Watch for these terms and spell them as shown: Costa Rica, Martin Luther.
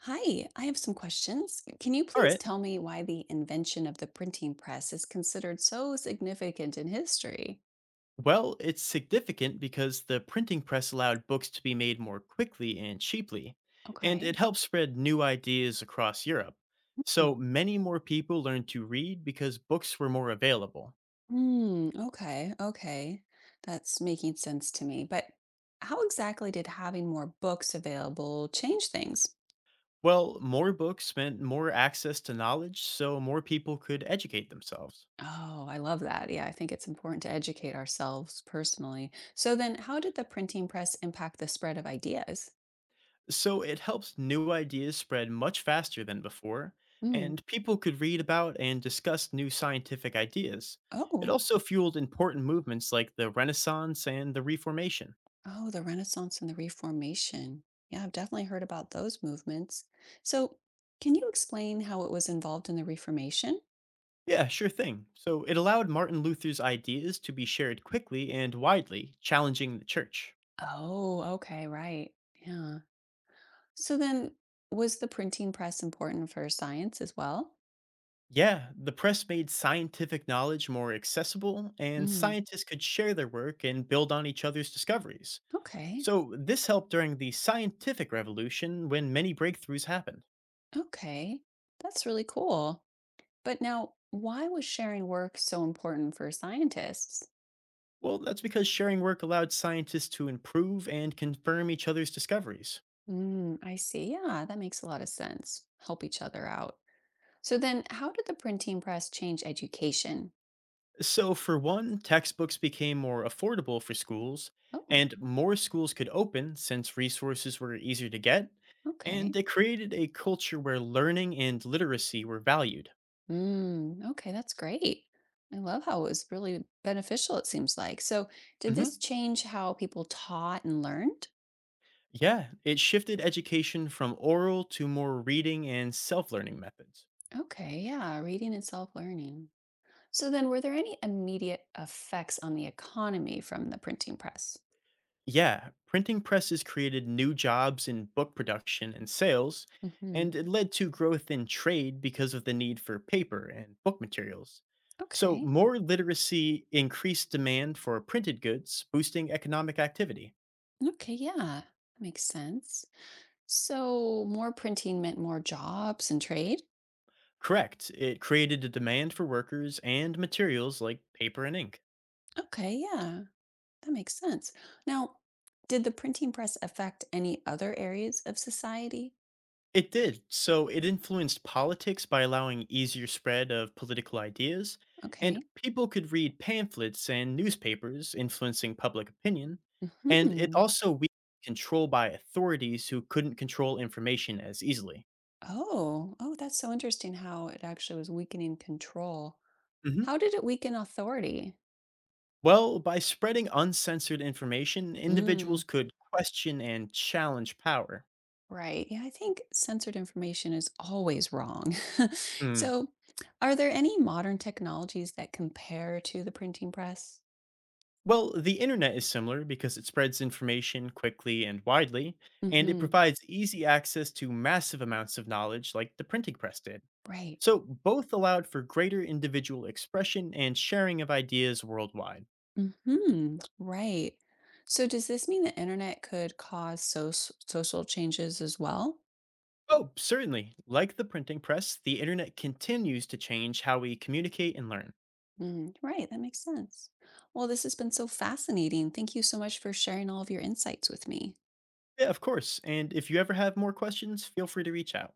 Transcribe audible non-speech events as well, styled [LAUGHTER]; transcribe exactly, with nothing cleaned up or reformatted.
Hi, I have some questions. Can you All please right. tell me why the invention of the printing press is considered so significant in history? Well, it's significant because the printing press allowed books to be made more quickly and cheaply, and it Okay. helped spread new ideas across Europe. So Mm, many more people learned to read because books were more available. Mm, okay, okay. That's making sense to me. But how exactly did having more books available change things? Well, more books meant more access to knowledge, so more people could educate themselves. Oh, I love that. Yeah, I think it's important to educate ourselves personally. So then, how did the printing press impact the spread of ideas? So it helps new ideas spread much faster than before, Mm. and people could read about and discuss new scientific ideas. It Oh. also fueled important movements like the Renaissance and the Reformation. Oh, the Renaissance and the Reformation. Yeah, I've definitely heard about those movements. So, can you explain how it was involved in the Reformation? Yeah, sure thing. So it allowed Martin Luther's ideas to be shared quickly and widely, challenging the church. Oh, okay, right. Yeah. So then, was the printing press important for science as well? Yeah, the press made scientific knowledge more accessible, and Mm, scientists could share their work and build on each other's discoveries. okay. So, this helped during the scientific revolution when many breakthroughs happened. Okay. That's really cool. But now, why was sharing work so important for scientists? Well, that's because sharing work allowed scientists to improve and confirm each other's discoveries. Mm, I see. Yeah, that makes a lot of sense. Help each other out. So then, how did the printing press change education? So, for one, textbooks became more affordable for schools, Oh, and more schools could open since resources were easier to get, and okay. it created a culture where learning and literacy were valued. Mm, okay, that's great. I love how it was really beneficial, it seems like. So, did this hmm change how people taught and learned? Yeah, it shifted education from oral to more reading and self learning methods. Okay, yeah, reading and self-learning. So then, were there any immediate effects on the economy from the printing press? Yeah, printing presses created new jobs in book production and sales, and Hmm. it led to growth in trade because of the need for paper and book materials. So, Okay. more literacy increased demand for printed goods, boosting economic activity. Okay, yeah, that makes sense. So, more printing meant more jobs and trade? Correct, it created a demand for workers and materials like paper and ink. Okay, yeah. That makes sense. Now, did the printing press affect any other areas of society? It did. So it influenced politics by allowing easier spread of political ideas, and Okay. people could read pamphlets and newspapers influencing public opinion. And it Hmm. also weakened control by authorities who couldn't control information as easily. Oh, oh, that's so interesting how it actually was weakening control. How hmm did it weaken authority? Well, by spreading uncensored information, Mm, individuals could question and challenge power. right. Yeah, I think censored information is always wrong. [LAUGHS] So, are there any modern technologies that compare to the printing press? Well, the internet is similar because it spreads information quickly and widely, and it Hmm. provides easy access to massive amounts of knowledge like the printing press did. Right. So, both allowed for greater individual expression and sharing of ideas worldwide. Hmm. Right. So does this mean the internet could cause so- social changes as well? Oh, certainly. Like the printing press, the internet continues to change how we communicate and learn. Mm, right. That makes sense. Well, this has been so fascinating. Thank you so much for sharing all of your insights with me. Yeah, of course. And if you ever have more questions, feel free to reach out.